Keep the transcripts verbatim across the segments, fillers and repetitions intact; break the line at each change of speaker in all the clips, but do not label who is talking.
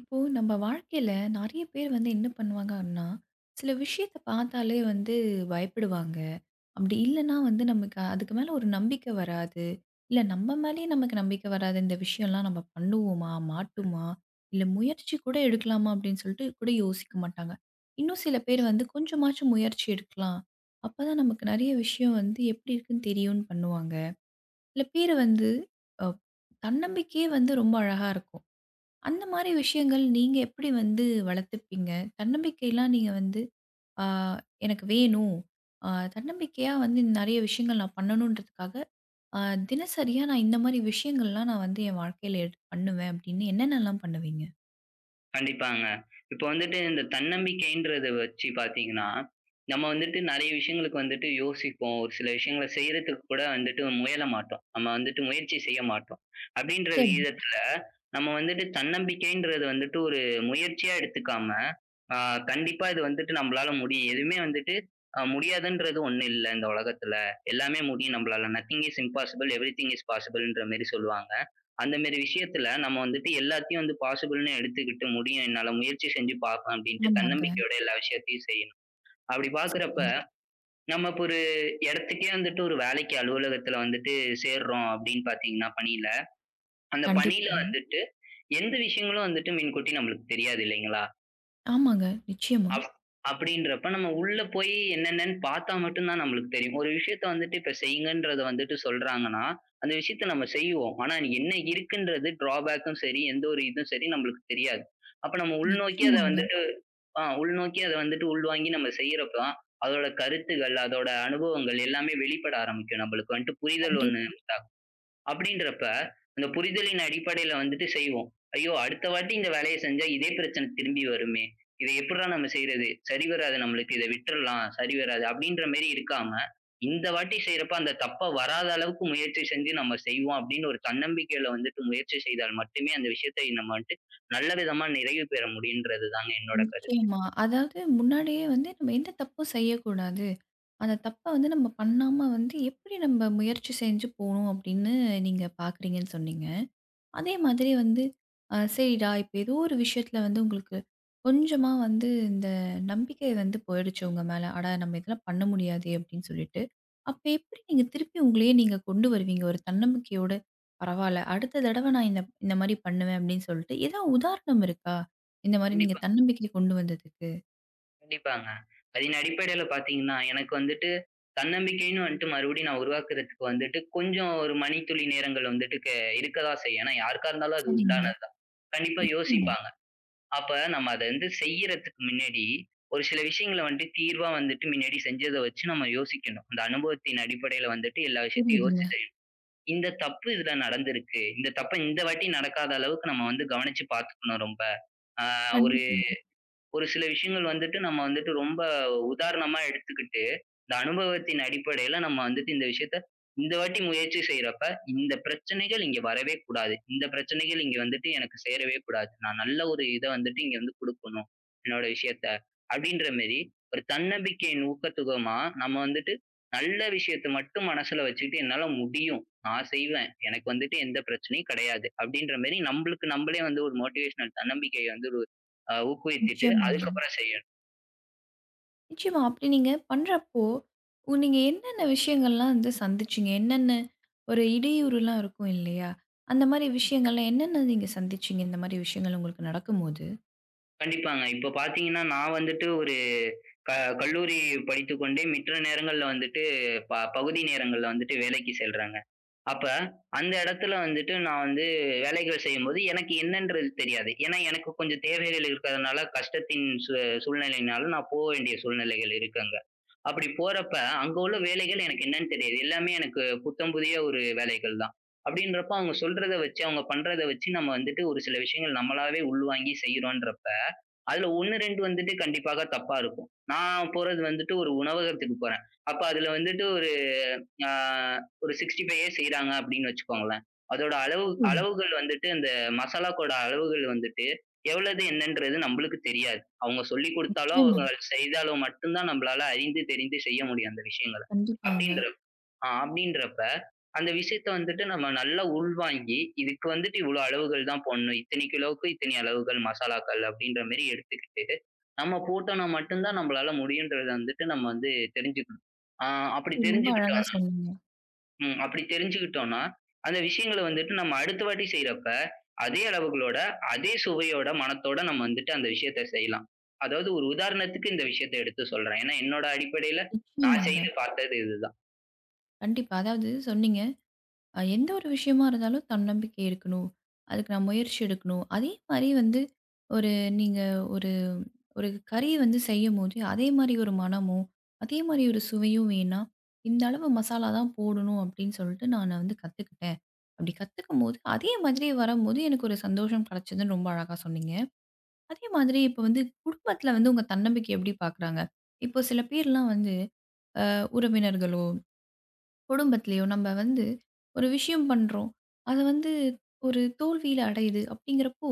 இப்போ நம்ம வாழ்க்கையில நிறைய பேர் வந்து என்ன பண்ணுவாங்க அப்படின்னா, சில விஷயத்த பார்த்தாலே வந்து பயப்படுவாங்க. அப்படி இல்லன்னா வந்து நமக்கு அதுக்கு மேல ஒரு நம்பிக்கை வராது. இல்ல நம்ம மேலயே நமக்கு நம்பிக்கை வராது. இந்த விஷயம்லாம் நம்ம பண்ணுவோமா? மாட்டுமா? இல்ல முயற்சி கூட எடுக்கலாமா? அப்படின்னு சொல்லிட்டு கூட யோசிக்க மாட்டாங்க. இன்னும் சில பேர் வந்து கொஞ்சமாச்சும் முயற்சி எடுக்கலாம். அப்பதான் நமக்கு நிறைய விஷயம் வந்து எப்படி இருக்குன்னு தெரியும்னு பண்ணுவாங்க. சில பேர் வந்து அ தன்னம்பிக்கையே வந்து ரொம்ப அழகா இருக்கும். அந்த மாரி விஷயங்கள் நீங்க எப்படி வந்து வளர்த்துப்பீங்க? தன்னம்பிக்கைலாம் நீங்க வந்து, ஆ எனக்கு வேணும். ஆ தன்னம்பிக்கையா வந்து நெறைய விஷயங்கள் நான் பண்ணணுன்றதுக்காக, ஆ தினசரியா நான் இந்த மாரி விஷயங்கள்லாம் நான் வந்து என் வாழ்க்கையில எடுத்து பண்ணுவேன் அப்படின்னு என்னென்னலாம் பண்ணுவீங்க?
கண்டிப்பாங்க. இப்ப வந்துட்டு இந்த தன்னம்பிக்கைன்றத வச்சு பார்த்தீங்கன்னா, நம்ம வந்துட்டு நெறைய விஷயங்களுக்கு வந்துட்டு யோசிப்போம். ஒரு சில விஷயங்கள செய்றதுக்கு கூட வந்துட்டு முயல மாட்டோம். நம்ம வந்துட்டு முயற்சி செய்ய மாட்டோம். அப்டின்ற
சரிங்க.
விகிதத்துல நம்ம வந்துட்டு தன்னம்பிக்கைன்றது வந்துட்டு ஒரு முயற்சியா எடுத்துக்காம, ஆ கண்டிப்பா இது வந்துட்டு நம்பளால முடியும். எதுவுமே வந்துட்டு அ முடியாதுன்றது ஒண்ணு இல்ல இந்த உலகத்துல. எல்லாமே முடியும் நம்பளால. Nothing is impossible, everything is பாசிபிள்ன்ற மாரி சொல்லுவாங்க. அந்த மாரி விஷயத்துல நம்ம வந்துட்டு எல்லாத்தையும் வந்து பாசிபிள்ன்னு எடுத்துக்கிட்டு, "முடியும் என்னால, முயற்சி செஞ்சு பார்ப்பேன்" அப்படின்ட்டு
ஆமாங்க.
தன்னம்பிக்கையோட எல்லா விஷயத்தையும் செய்யணும். அப்படி பார்க்குறப்ப,
சரி.
நம்ம இப்ப ஒரு இடத்துக்கே வந்துட்டு ஒரு வேலைக்கு அலுவலகத்துல வந்துட்டு சேர்றோம் அப்படின்னு பார்த்தீங்கன்னா பணியில, அந்த பணியில
கண்டிப்பாங்க.
வந்துட்டு எந்த விஷயங்களும் வந்துட்டு முன்கூட்டி நம்மளுக்கு தெரியாது இல்லைங்களா?
ஆமாங்க. நிச்சயமா.
அப் அப்படின்றப்ப நம்ம உள்ள போய் என்னென்னன்னு பார்த்தா மட்டும் தான் நம்மளுக்கு தெரியும். ஒரு விஷயத்த வந்துட்டு இப்ப செய்யுங்கன்றத வந்துட்டு சொல்றாங்கன்னா, அந்த விஷயத்த நம்ம செய்வோம். ஆனா என்ன இருக்குன்றது ட்ராபேக்கும் சரி, எந்த ஒரு இதுவும் சரி நம்மளுக்கு தெரியாது. அப்ப நம்ம உள்நோக்கி அத
நிச்சயமாங்க.
வந்துட்டு ஆ உள்நோக்கி அத வந்துட்டு உள்வாங்கி நம்ம செய்யறப்ப தான், அதோட கருத்துகள், அதோட அனுபவங்கள் எல்லாமே வெளிப்பட ஆரம்பிக்கும். நம்மளுக்கு வந்துட்டு புரிதல் ஒண்ணு அப்படின்றப்ப, அந்த புரிதலின் அடிப்படையில வந்துட்டு செய்வோம். ஐயோ! அடுத்த வாட்டி இந்த வேலைய செஞ்சா இதே பிரச்சனை திரும்பி வருமே. இத எப்புட்றா நம்ம செய்றது? சரி வராது நம்மளுக்கு. இத விட்டுறலாம். சரி வராது. அப்படின்ற மாரி இருக்காம, இந்த வாட்டி செய்றப்ப அந்த தப்ப வராத அளவுக்கு முயற்சி செஞ்சு நம்ம செய்வோம் அப்படின்னு ஒரு தன்னம்பிக்கையில வந்துட்டு முயற்சி செய்தால் மட்டுமே அந்த விஷயத்தை நம்ம வந்துட்டு நல்ல விதமா நிறைவு பெற முடியும்ன்றது தாங்க என்னோட கருத்து.
நிச்சயமா. அதாவது முன்னாடியே வந்து நம்ம எந்த தப்பும் செய்யக்கூடாது. அந்த தப்ப வந்து நம்ம பண்ணாம வந்து, எப்படி நம்ம முயற்சி செஞ்சு போணும் அப்படின்னு நீங்க பார்க்குறீங்கன்னு சொன்னீங்க. அதே மாதிரி வந்து அ சரிடா, இப்ப ஏதோ ஒரு விஷயத்துல வந்து உங்களுக்கு கொஞ்சமா வந்து இந்த நம்பிக்கை வந்து போயிடுச்சு உங்க மேல. "அடா! நம்ம இதெல்லாம் பண்ண முடியாதே!" அப்படின்னு சொல்லிட்டு. அப்ப எப்படி நீங்க திருப்பி உங்களையே நீங்க கொண்டு வருவீங்க ஒரு தன்னம்பிக்கையோட? "பரவால்ல, அடுத்த தடவ நான் இந்த இந்த மாரி பண்ணுவேன்." அப்படின்னு சொல்லிட்டு. ஏதாவது உதாரணம் இருக்கா? இந்த மாரி நீங்க
கண்டிப்பா
தன்னம்பிக்கை கொண்டு வந்ததுக்கு?
கண்டிப்பாங்க. அதன் அடிப்படையில பார்த்தீங்கன்னா, எனக்கு வந்துட்டு தன்னம்பிக்கைன்னு வந்துட்டு மறுபடியும் நான் உருவாக்குறதுக்கு வந்துட்டு கொஞ்சம் ஒரு மணித்துளி நேரங்கள் வந்துட்டு க இருக்க தான் செய்யும். ஏன்னா யாருக்கா இருந்தாலும் அது
சரிங்க.
உண்டானது தான். கண்டிப்பா
நிச்சயமா.
யோசிப்பாங்க. அப்ப நம்ம அத வந்து செய்யறதுக்கு முன்னாடி ஒரு சில விஷயங்கள வந்துட்டு தீர்வா வந்துட்டு முன்னாடி செஞ்சத வச்சு நம்ம யோசிக்கணும். அந்த அனுபவத்தின் அடிப்படையில வந்துட்டு எல்லா விஷயத்தையும்
புரியுதுங்க.
யோசிச்சு செய்யணும். இந்த தப்பு இதுல நடந்திருக்கு. இந்த தப்ப இந்த வாட்டி நடக்காத அளவுக்கு நம்ம வந்து கவனிச்சு பார்த்துக்கணும் ரொம்ப. அ ஒரு
கண்டிப்பாங்க.
ஒரு சில விஷயங்கள் வந்துட்டு நம்ம வந்துட்டு ரொம்ப உதாரணமா எடுத்துக்கிட்டு, இந்த அனுபவத்தின் அடிப்படையில நம்ம வந்துட்டு இந்த விஷயத்த இந்த வாட்டி முயற்சி செய்யறப்ப, இந்த பிரச்சனைகள் இங்க வரவே கூடாது. இந்த பிரச்சனைகள் இங்க வந்துட்டு எனக்கு சேரவே கூடாது. நான் நல்ல ஒரு இத வந்துட்டு இங்க வந்து குடுக்கணும், என்னோட விஷயத்த. அப்படின்ற மாரி ஒரு தன்னம்பிக்கையின் ஊக்கத்துகமா நம்ம வந்துட்டு நல்ல விஷயத்த மட்டும் மனசுல வச்சுக்கிட்டு என்னால முடியும். நான் செய்வேன். எனக்கு வந்துட்டு எந்த பிரச்சனையும் கிடையாது. அப்படின்ற மாரி நம்மளுக்கு நம்மளே வந்து ஒரு மோட்டிவேஷனல் தன்னம்பிக்கைய வந்து ஒரு அ ஊக்குவித்துட்டு
நிச்சயமாங்க.
அதுக்கப்புறம் செய்யணும்.
நிச்சயமா. அப்படி நீங்க பண்றப்போ, உ நீங்க என்னென்ன விஷயங்கள்லாம் வந்து சந்திச்சீங்க? என்னென்ன ஒரு இடையூறுலாம் இருக்கும் இல்லையா? அந்த மாரி விஷயங்கள்லாம் என்னென்ன நீங்க சந்திச்சீங்க? இந்த மாரி விஷயங்கள் உங்களுக்கு நடக்கும்போது?
கண்டிப்பாங்க. இப்போ பார்த்தீங்கன்னா, நான் வந்துட்டு ஒரு க கல்லூரி படித்துக்கொண்டே மற்ற நேரங்கள்ல வந்துட்டு ப பகுதி நேரங்கள்ல வந்துட்டு வேலைக்கு செல்றேங்க. அப்ப அந்த இடத்துல வந்துட்டு நான் வந்து வேலைகள் செய்யும்போது எனக்கு என்னன்றது தெரியாது. ஏன்னா, எனக்கு கொஞ்சம் தேவைகள் இருக்கிறதுனால கஷ்டத்தின் சூ சூழ்நிலையினால நான் போ வேண்டிய சூழ்நிலைகள் இருக்கு அங்க. அப்படி போறப்ப அங்க உள்ள வேலைகள் எனக்கு என்னன்னு தெரியாது. எல்லாமே எனக்கு புத்தம் புதிய ஒரு வேலைகள் தான். அப்படின்றப்ப அவங்க சொல்றத வச்சு, அவங்க பண்றத வச்சு நம்ம வந்துட்டு ஒரு சில விஷயங்கள் நம்மளாவே உள்வாங்கி செய்றோன்றப்ப அதுல ஒண்ணு, ரெண்டு வந்துட்டு கண்டிப்பாக தப்பா இருக்கும். நான் போறது வந்துட்டு ஒரு உணவகத்துக்கு போறேன். அப்ப அதுல வந்துட்டு ஒரு ஆ ஒரு அறுபத்தி ஐந்து ஏ செய்றாங்க அப்படின்னு வச்சுக்கோங்களேன். அதோட அளவு
ஓ!
அளவுகள் வந்துட்டு அந்த மசாலாக்கோட அளவுகள் வந்துட்டு எவ்வளது என்னன்றது நம்மளுக்கு தெரியாது. அவங்க சொல்லிக் குடுத்தாலோ,
நிச்சயமா.
அவங்க செய்தாலோ மட்டும் தான் நம்மளால அறிந்து தெரிந்து செய்ய முடியும் அந்த விஷயங்கள.
கண்டிப்பாங்க.
அப்படின்ற ஆ அப்படின்றப்ப, அந்த விஷயத்த வந்துட்டு நம்ம நல்லா உள்வாங்கி, இதுக்கு வந்துட்டு இவ்வளோ அளவுகள் தான் போடணும். இத்தனை கிலோவுக்கு இத்தனை அளவுகள் மசாலாக்கள் அப்படின்ற மாரி எடுத்துக்கிட்டு, நம்ம போட்டோம்னா மட்டும் தான் நம்மளால முடியுன்றத வந்துட்டு நம்ம வந்து தெரிஞ்சுக்கணும். ஆ அப்படி
ரொம்ப அழகா
தெரிஞ்சுக்கிட்டோம்.
சொன்னீங்க.
ம். அப்படி தெரிஞ்சுக்கிட்டோம்னா, அந்த விஷயங்கள வந்துட்டு நம்ம அடுத்த வாட்டி செய்றப்ப, அதே அளவுகளோட, அதே சுவையோட, மணத்தோட நம்ம வந்துட்டு அந்த விஷயத்த செய்யலாம். அதாவது ஒரு உதாரணத்துக்கு இந்த விஷயத்த எடுத்து சொல்றேன். ஏன்னா என்னோட அடிப்படையில நான்
நிச்சயமாங்க.
செய்து பார்த்தது இதுதான்.
கண்டிப்பா. அதாவது சொன்னீங்க, அ எந்த ஒரு விஷயமா இருந்தாலும் தன்னம்பிக்கை இருக்கணும். அதுக்கு நான் முயற்சி எடுக்கணும். அதே மாரி வந்து ஒரு நீங்க ஒரு ஒரு கறி வந்து செய்யும்போது, அதே மாரி ஒரு மணமும், அதே மாரி ஒரு சுவையும் வேணா, இந்த அளவு மசாலா தான் போடணும் அப்டின்னு சொல்லிட்டு நான் வந்து கத்துக்கிட்டேன். அப்டி கத்துக்கும்போது, அதே மாதிரி வரம்போது எனக்கு ஒரு சந்தோஷம் கெடைச்சதுன்னு ரொம்ப அழகா சொன்னீங்க. அதே மாதிரி இப்ப வந்து குடும்பத்துல வந்து உங்க தன்னம்பிக்கை எப்டி பாக்குறாங்க? இப்போ சில பேர்லாம் வந்து அ உறவினர்களோ, குடும்பத்திலயோ நம்ம வந்து ஒரு விஷயம் பண்றோம். அது வந்து ஒரு தோல்வியில அடையுது அப்டிங்கிறப்போ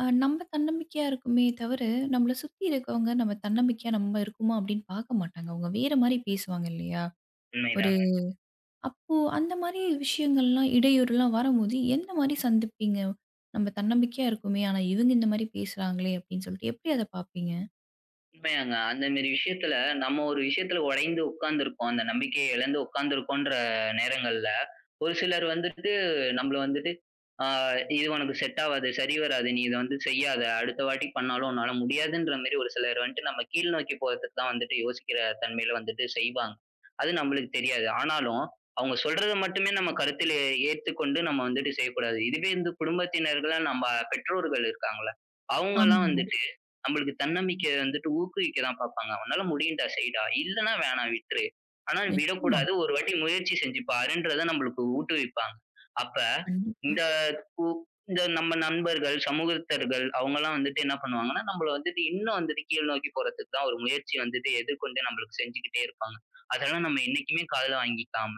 அ நம்ம தன்னம்பிக்கையா இருக்குமே தவிர, நம்மள சுத்தி இருக்கவங்க நம்ம தன்னம்பிக்கையா நம்ம இருக்கோமா அப்படின்னு பார்க்க மாட்டாங்க. அவங்க வேற மாரி பேசுவாங்க இல்லையா? ஒரு
உண்மைதாங்க.
அப்போ அந்த மாரி விஷயங்கள்லாம் இடையூறுலாம் வரும்போது எந்த மாரி சந்திப்பீங்க? நம்ம தன்னம்பிக்கையா இருக்கோமே, ஆனா இவங்க இந்த மாரி பேசுறாங்களே அப்படின்னு சொல்லிட்டு எப்படி அத பார்ப்பீங்க?
உண்மையாங்க. அந்த மேரி விஷயத்துல நம்ம ஒரு விஷயத்துல உடைந்து உட்கார்ந்திருப்போம். அந்த நம்பிக்கைய இழந்து உட்கார்ந்திருக்கோன்ற நேரங்கள்ல, ஒரு சிலர் வந்துட்டு நம்மள வந்துட்டு, "ஆ இது உனக்கு செட் ஆவாது. சரி வராது. நீ இத வந்து செய்யாத. அடுத்த வாட்டி பண்ணாலும் உன்னால முடியாதுன்ற" மாரி ஒரு சிலர் வந்துட்டு நம்ம கீழ் நோக்கி போறதுக்கு தான் வந்துட்டு யோசிக்கிற தன்மையில வந்துட்டு செய்வாங்க. அது நம்மளுக்கு தெரியாது. ஆனாலும் அவங்க சொல்றத மட்டுமே நம்ம கருத்தில் ஏத்துக்கொண்டு நம்ம வந்துட்டு செய்யக்கூடாது. இதுவே இந்த குடும்பத்தினர்களா நம்ம பெற்றோர்கள் இருக்காங்கல்ல, அவங்கலாம்
ஆமாங்க.
வந்துட்டு நம்மளுக்கு தன்னம்பிக்கைய வந்துட்டு ஊக்குவிக்க தான் பார்ப்பாங்க. "உன்னால முடியும்டா, செய்டா. இல்லன்னா வேணாம் விட்டுரு. ஆனா
நிச்சயமா.
விடக்கூடாது. ஒரு வாட்டி முயற்சி செஞ்சு பாருன்றத" நம்மளுக்கு ஊட்டுவிப்பாங்க. அப்ப
கண்டிப்பா.
இந்த கூ இந்த நம்ம நண்பர்கள், சமூகத்தர்கள் அவங்கலாம் வந்துட்டு என்ன பண்ணுவாங்கன்னா, நம்மள வந்துட்டு இன்னும் வந்துட்டு கீழ் நோக்கி போறதுக்கு தான் ஒரு முயற்சி வந்துட்டு எதிர்கொண்டு நம்மளுக்கு செஞ்சுக்கிட்டே இருப்பாங்க. அதெல்லாம் நம்ம என்னைக்குமே காதுல வாங்கிக்காம,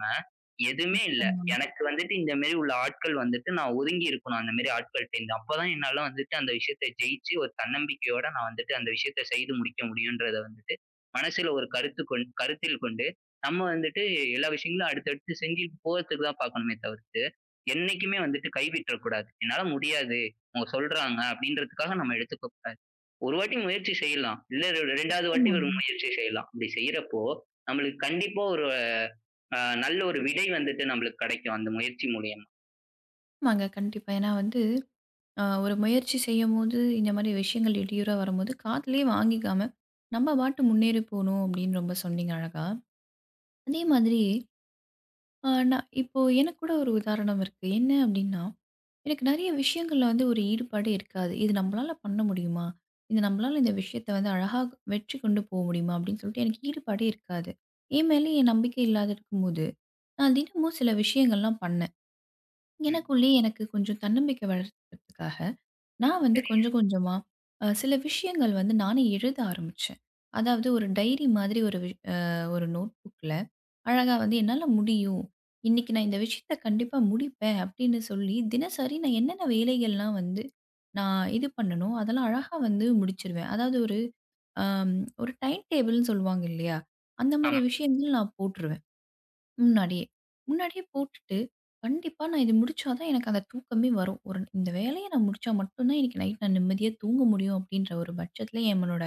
எதுவுமே இல்ல.
நிச்சயமாங்க,
எனக்கு வந்துட்டு இந்த மாரி உள்ள ஆட்கள் வந்துட்டு நான் ஒதுங்கி இருக்கணும் அந்த மாரி ஆட்கள்ட்டேருந்து. அப்பதான் என்னால வந்துட்டு அந்த விஷயத்த ஜெயிச்சு ஒரு தன்னம்பிக்கையோட நான் வந்துட்டு அந்த விஷயத்த செய்து முடிக்க முடியும்ன்றத வந்துட்டு மனசுல ஒரு கருத்து கொண் கருத்தில் கொண்டு, நம்ம வந்துட்டு எல்லா விஷயங்களும் அடுத்தடுத்து செஞ்சுட்டு போறதுக்கு தான் பார்க்கணுமே தவிர்த்து என்னைக்குமே வந்துட்டு கைவிட்றக்கூடாது. என்னால முடியாது. அவங்க சொல்றாங்க அப்படின்றதுக்காக நம்ம எடுத்துக்க கூடாது. ஒரு வாட்டி முயற்சி செய்யலாம். இல்ல ரெ ரெண்டாவது வாட்டி ஒரு
நிச்சயமாங்க.
முயற்சி செய்யலாம். அப்படி செய்யறப்போ, நம்மளுக்கு கண்டிப்பா ஒரு அ நல்ல ஒரு விடை வந்துட்டு நம்மளுக்கு கிடைக்கும் அந்த முயற்சி மூலியமா.
ஆமாங்க கண்டிப்பா. ஏன்னா வந்து அ ஒரு முயற்சி செய்யும்போது இந்த மாரி விஷயங்கள் இடையூறா வரும்போது காதுலயே வாங்கிக்காம, நம்ம பாட்டு முன்னேறி போணும் அப்படின்னு ரொம்ப சொன்னீங்க அழகா. அதே மாதிரி அ நான் இப்போ எனக்கு கூட ஒரு உதாரணம் இருக்கு. என்ன அப்டின்னா, எனக்கு நெறைய விஷயங்கள்ல வந்து ஒரு ஈடுபாடு இருக்காது. இது நம்மளால பண்ண முடியுமா? இது நம்மளால இந்த விஷயத்த வந்து அழகா வெற்றி கொண்டு போக முடியுமா? அப்டின்னு சொல்லிட்டு எனக்கு ஈடுபாடே இருக்காது. என் மேல என் நம்பிக்கை இல்லாத இருக்கும்போது, நான் தினமும் சில விஷயங்கள்லாம் பண்ணேன்.
ம்.
எனக்குள்ளேயே எனக்கு கொஞ்சம் தன்னம்பிக்கை வளர்த்துக்கிறதுக்காக. நான் வந்து
சரி.
கொஞ்சம் கொஞ்சமா அ சில விஷயங்கள் வந்து நானே எழுத ஆரம்பிச்சேன். அதாவது ஒரு டைரி மாதிரி ஒரு வி அ ஒரு நோட் புக்ல அழகா வந்து என்னால முடியும். இன்னைக்கு நான் இந்த விஷயத்த கண்டிப்பா முடிப்பேன் அப்படின்னு சொல்லி தினசரி நான் என்னென்ன வேலைகள்லாம் வந்து நான் இது பண்ணனோ, அதெல்லாம் அழகா வந்து முடிச்சிருவேன். அதாவது ஒரு அம் ஒரு டைம் டேபிள்ன்னு சொல்லுவாங்க இல்லையா? அந்த மாரி
ஆமா.
விஷயங்கள் நான் போட்டுருவேன். முன்னாடியே. முன்னாடியே போட்டுட்டு, கண்டிப்பா நான் இது முடிச்சா தான் எனக்கு அந்த தூக்கமே வரும். ஒரு இந்த வேலைய நான் முடிச்சா மட்டும் தான் இன்னைக்கு நைட் நான் நிம்மதியா தூங்க முடியும், அப்படின்ற ஒரு பட்சத்தில என்னோட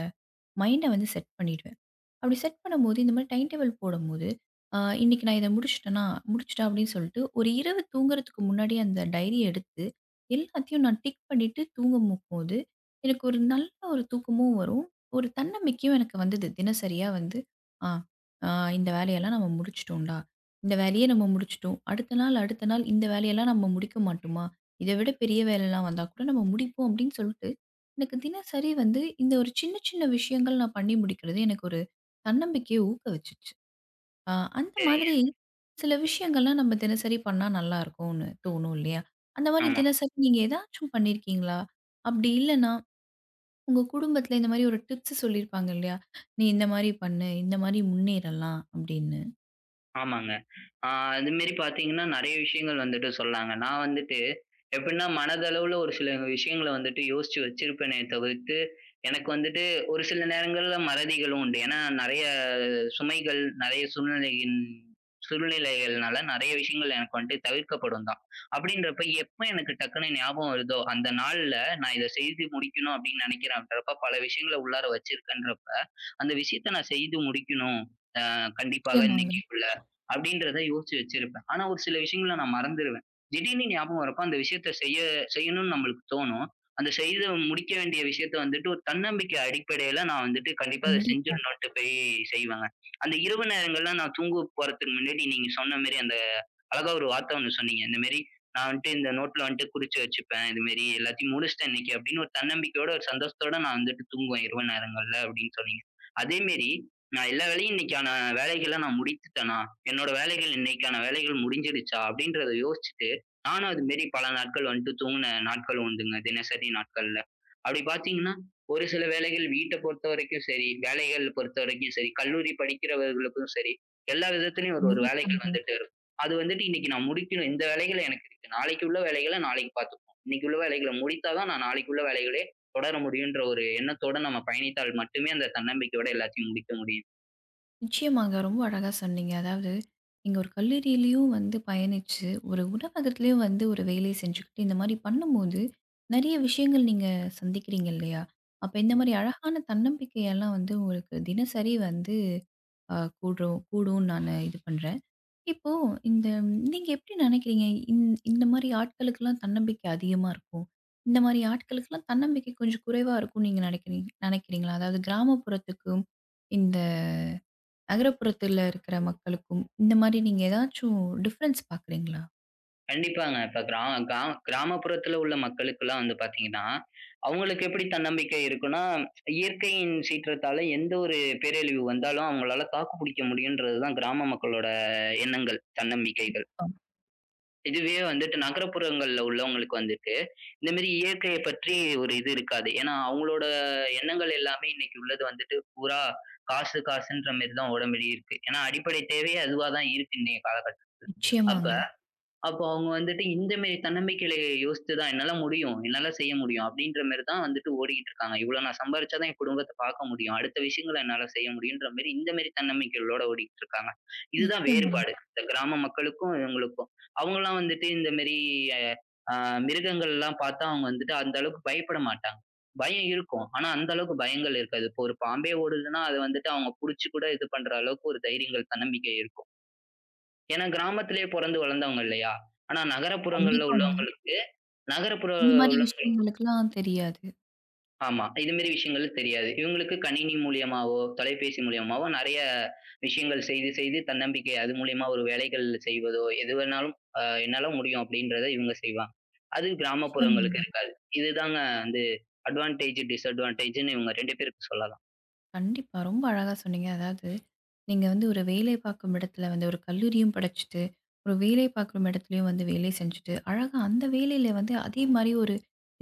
மைண்ட வந்து செட் பண்ணிடுவேன். அப்படி செட் பண்ணும்போது, இந்த மாரி டைம் டேபிள் போடும்போது, அ இன்னைக்கு நான் இத முடிச்சுட்டேனா, முடிச்சுட்டேன் அப்படின்னு சொல்லிட்டு, ஒரு இரவு தூங்குறதுக்கு முன்னாடி அந்த டைரிய எடுத்து, எல்லாத்தையும் நான் டிக் பண்ணிட்டு தூங்கும்போது, எனக்கு ஒரு நல்ல ஒரு தூக்கமும் வரும். ஒரு தன்னம்பிக்கையும் எனக்கு வந்தது. தினசரியா வந்து, ஆ ஆ இந்த வேலையெல்லாம் நம்ம முடிச்சுட்டோம்டா. இந்த வேலையே நம்ம முடிச்சுட்டோம். அடுத்த நாள் அடுத்த நாள் இந்த வேலையெல்லாம் நம்ம முடிக்க மாட்டோமா? இத விட பெரிய வேலைலாம் வந்தா கூட நம்ம முடிப்போம் அப்படின்னு சொல்லிட்டு, எனக்கு தினசரி வந்து இந்த ஒரு சின்ன சின்ன விஷயங்கள் நான் பண்ணி முடிக்கிறது எனக்கு ஒரு தன்னம்பிக்கைய ஊக்குவிச்சுச்சு. அ அந்த
சரிங்க.
மாதிரி சில விஷயங்கள்லாம் நம்ம தினசரி பண்ணா நல்லாருக்கும்னு தோணும் இல்லையா? அந்த மாரி
ஆமா.
தினசரி நீங்க ஏதாச்சும் பண்ணியிருக்கீங்களா? அப்படி இல்லன்னா, உங்க குடும்பத்துல இந்த மாரி ஒரு டிப்ஸ் சொல்லியிருப்பாங்க இல்லையா? "நீ இந்த மாரி பண்ணு, இந்த மாரி முன்னேறலாம்" அப்படின்னு.
ஆமாங்க. ஆ அது மாரி பார்த்தீங்கன்னா, நெறைய விஷயங்கள் வந்துட்டு சொல்லாங்க. நான் வந்துட்டு எப்படின்னா, மனதளவுல ஒரு சில விஷயங்கள வந்துட்டு யோசிச்சு வச்சிருப்பேனே தவிர்த்து, எனக்கு வந்துட்டு ஒரு சில நேரங்கள்ல மறதிகளும் உண்டு. ஏன்னா, நெறைய சுமைகள் நிறைய சூழ்நிலையின் சூழ்நிலைகள்னால நிறைய விஷயங்கள் எனக்கு வந்துட்டு தவிர்க்கப்படும் தான். அப்படின்றப்ப எப்ப எனக்கு டக்குன்னு ஞாபகம் வருதோ, அந்த நாள்ல நான் இத செய்து முடிக்கணும் அப்படின்னு நினைக்கிறேன் அப்படின்றப்ப, பல விஷயங்கள உள்ளார வச்சிருக்கேன்றப்ப, அந்த விஷயத்த நான் செய்து முடிக்கணும். நான் கண்டிப்பாக
நிச்சயமாங்க.
இன்னைக்குள்ள அப்படின்றத யோசிச்சு வச்சிருப்பேன். ஆனா ஒரு சில விஷயங்கள நான் மறந்துருவேன். திடீர்னு ஞாபகம் வரப்ப அந்த விஷயத்த செய்ய செய்யணும்னு நம்மளுக்கு தோணும். அந்த செய்து முடிக்க வேண்டிய விஷயத்த வந்துட்டு ஒரு தன்னம்பிக்கை அடிப்படையில நான் வந்துட்டு கண்டிப்பா அத
கண்டிப்பா,
செஞ்சிடணுன்ட்டு போய் செய்வேங்க. அந்த இரவு நேரங்கள்ல நான் தூங்க போறதுக்கு முன்னாடி நீங்க சொன்ன மாரி அந்த அழகா ஒரு வார்த்தை ஒண்ணு சொன்னீங்க. இந்த மாரி நான் வந்துட்டு இந்த நோட்ல வந்துட்டு குறிச்சு வச்சுப்பேன். இது மாரி எல்லாத்தையும் முடிச்சுட்டேன் இன்னைக்கு அப்படின்னு ஒரு தன்னம்பிக்கையோட, ஒரு சந்தோஷத்தோட நான் வந்துட்டு தூங்குவேன் இரவு நேரங்கள்ல அப்படின்னு சொன்னீங்க. அதே மாரி நான் எல்லா வேலையும் இன்னைக்கான வேலைகள நான் முடித்துட்டேனா? என்னோட வேலைகள் இன்னைக்கான வேலைகள் முடிஞ்சிடுச்சா? அப்படின்றத யோசிச்சுட்டு, நானும் அது மாரி பல நாட்கள் வந்துட்டு தூங்குன நாட்கள் உண்டுங்க. தினசரி நாட்கள்ல. அப்படி பார்த்தீங்கன்னா, ஒரு சில வேலைகள் வீட்ட பொறுத்தவரைக்கும் சரி, வேலைகள் பொறுத்தவரைக்கும் சரி, கல்லூரி படிக்கிறவர்களுக்கும் சரி, எல்லா விதத்திலயும் ஒரு ஒரு வேலைகள்
கண்டிப்பாங்க.
வந்துட்டு அது வந்துட்டு இன்னைக்கு நான் முடிக்கணும். இந்த வேலைகள் எனக்கு இருக்கு. நாளைக்கு உள்ள வேலைகள நாளைக்கு பார்த்துப்போம். இன்னைக்கு உள்ள வேலைகள முடித்தா தான் நான் நாளைக்கு உள்ள வேலைகளே தொடர முடியுன்ற ஒரு எண்ணத்தோட நம்ம பயணித்தால் மட்டுமே அந்த தன்னம்பிக்கையோட எல்லாத்தையும் முடிக்க முடியும்.
நிச்சயமாங்க. ரொம்ப அழகா சொன்னீங்க. அதாவது, நீங்க ஒரு கல்லூரியிலயும் வந்து பயணிச்சு, ஒரு உணவகத்திலயும் வந்து ஒரு வேலை செஞ்சுக்கிட்டு, இந்த மாரி பண்ணும்போது, நெறைய விஷயங்கள் நீங்க சந்திக்கிறீங்க இல்லையா? அப்ப இந்த
ஆமா.
மாரி அழகான தன்னம்பிக்கையெல்லாம் வந்து உங்களுக்கு தினசரி வந்து அ கூடும் கூடும்னு நானு இது பண்றேன். இப்போ இந்த நீங்க எப்படி நெனைக்கிறீங்க? இந் இந்த மாரி ஆட்களுக்கெல்லாம் தன்னம்பிக்கை அதிகமா இருக்கும். இந்த மாரி ஆட்களுக்கெல்லாம் தன்னம்பிக்கை கொஞ்சம் குறைவா இருக்கும்னு நீங்க நெனைக்கிறீங் நெனைக்கிறீங்களா? அதாவது கிராமப்புறத்துக்கும், இந்த நகரப்புறத்துல இருக்கிற மக்களுக்கும், இந்த மாரி நீங்க ஏதாச்சும் டிஃபரன்ஸ் பார்க்குறீங்களா?
கண்டிப்பாங்க. இப்ப கிரா கிரா கிராமப்புறத்துல உள்ள மக்களுக்கெல்லாம் வந்து பார்த்தீங்கன்னா, அவங்களுக்கு எப்படி தன்னம்பிக்கை இருக்குன்னா, இயற்கையின் சீற்றத்தால எந்த ஒரு பேரழிவு வந்தாலும் அவங்களால தாக்கு பிடிக்க முடியுன்றது தான் கிராம மக்களோட எண்ணங்கள், தன்னம்பிக்கைகள்.
அ
இதுவே வந்துட்டு நகரப்புறங்கள்ல உள்ளவங்களுக்கு வந்துட்டு, இந்த மாரி இயற்கைய பற்றி ஒரு இது இருக்காது. ஏன்னா, அவங்களோட எண்ணங்கள் எல்லாமே இன்னைக்கு உள்ளது வந்துட்டு பூரா காசு, காசுன்ற மாரி தான் ஓட மாரி இருக்கு. ஏன்னா, அடிப்படை தேவையே அதுவா தான் இருக்கு இன்னைய காலகட்டத்துல. அப்ப
நிச்சயமாங்க,
அப்போ அவங்க வந்துட்டு இந்த மேரி தன்னம்பிக்கையில யோசித்து தான், "என்னால முடியும். என்னால செய்ய முடியும்." அப்படீன்ற மாரி தான் வந்துட்டு ஓடிக்கிட்டு இருக்காங்க. "இவ்வளோ நான் சம்பாரிச்சா தான் என் குடும்பத்த பார்க்க முடியும். அடுத்த விஷயங்கள என்னால செய்ய முடியும்ன்ற" மாரி இந்த மாரி தன்னம்பிக்கைகளோட ஓடிக்கிட்டு இருக்காங்க. இதுதான்
நிச்சயமாங்க.
வேறுபாடு. இந்த கிராம மக்களுக்கும், இவங்களுக்கும். அவங்கலாம் வந்துட்டு இந்த மாரி அ மிருகங்கள்லாம் பார்த்தா அவங்க வந்துட்டு அந்த அளவுக்கு பயப்பட மாட்டாங்க. பயம் இருக்கும். ஆனா அந்த அளவுக்கு பயங்கள் இருக்காது. இப்போ ஒரு பாம்பே ஓடுதுன்னா, அத வந்துட்டு அவங்க புடிச்சு கூட இது பண்ற அளவுக்கு ஒரு தைரியங்கள், தன்னம்பிக்கை இருக்கும். ஏன்னா கிராமத்திலேயே பிறந்து வளர்ந்தவங்க இல்லையா? ஆனா நகரப்புறங்கள்ல
கண்டிப்பாங்க.
உள்ளவங்களுக்கு நகரப்புற
இந்த மாரி
உள்ளவங்களுக்கு
விஷயங்களுக்கெல்லாம் தெரியாது.
ஆமா. இது மாரி விஷயங்கள் தெரியாது. இவங்களுக்கு கணினி மூலியமாவோ, தொலைபேசி மூலியமாவோ நெறைய விஷயங்கள் செய்து செய்து தன்னம்பிக்கை அது மூலியமா ஒரு வேலைகள் செய்வதோ, எது வேணாலும் அ என்னால முடியும் அப்படின்றத இவங்க செய்வாங்க. அது கிராமப்புறங்களுக்கு
நிச்சயமாங்க.
இருக்காது. இதுதாங்க வந்து அட்வான்டேஜ், டிஸ்அட்வான்டேஜ்ன்னு இவங்க ரெண்டு பேருக்கும் சொல்லலாம்.
கண்டிப்பா. ரொம்ப அழகா சொன்னீங்க. அதாவது, நீங்க வந்து ஒரு வேலை பார்க்கும் இடத்துல வந்து ஒரு கல்லூரியும் படிச்சுட்டு, ஒரு வேலை பார்க்கும் இடத்துலயும் வந்து வேலை செஞ்சுட்டு, அழகா அந்த வேலையில வந்து அதே மாரி ஒரு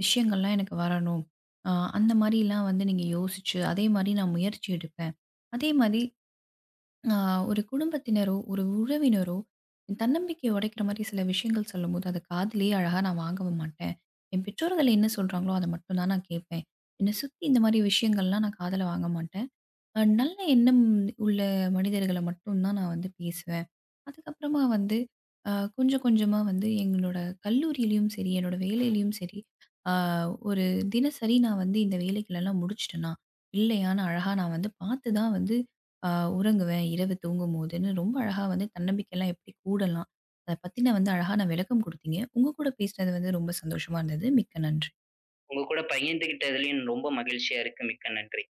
விஷயங்கள்லாம் எனக்கு வரணும். அ அந்த மாரிலாம் வந்து நீங்க யோசிச்சு, அதே மாரி நான் முயற்சி எடுப்பேன். அதே மாரி ஆ ஒரு குடும்பத்தினரோ, ஒரு உறவினரோ தன்னம்பிக்கைய உடைக்கிற மாரி சில விஷயங்கள் சொல்லும்போது, அத காதிலேயே அழகா நான் வாங்கவே மாட்டேன். என் பெற்றோர்கள் என்ன சொல்றாங்களோ, அத மட்டும் தான் நான் கேட்பேன். என்ன சுத்தி இந்த மாரி விஷயங்கள்லாம் நான் காதுல வாங்க மாட்டேன். அ நல்ல எண்ணம் உள்ள மனிதர்கள மட்டும் தான் நான் வந்து பேசுவேன். அதுக்கப்புறமா வந்து அ கொஞ்சம் கொஞ்சமா வந்து எங்களோட கல்லூரியிலயும் சரி, என்னோட வேலையிலயும் சரி, அ ஒரு தினசரி நான் வந்து இந்த வேலைகளெல்லாம் முடிச்சுட்டேனா, இல்லையான்னு அழகா நான் வந்து பார்த்து தான் வந்து அ உறங்குவேன் இரவு தூங்கும்போதுன்னு ரொம்ப அழகா வந்து தன்னம்பிக்கைலாம் எப்படி கூடலாம், அத பத்தின வந்து அழகா நான் விளக்கம் குடுத்தீங்க. உங்க கூட பேசினது வந்து ரொம்ப சந்தோஷமா இருந்தது. மிக்க நன்றி.
உங்க கூட பகிர்ந்துகிட்டதுலயும் ரொம்ப மகிழ்ச்சியா இருக்கு. மிக்க நன்றி.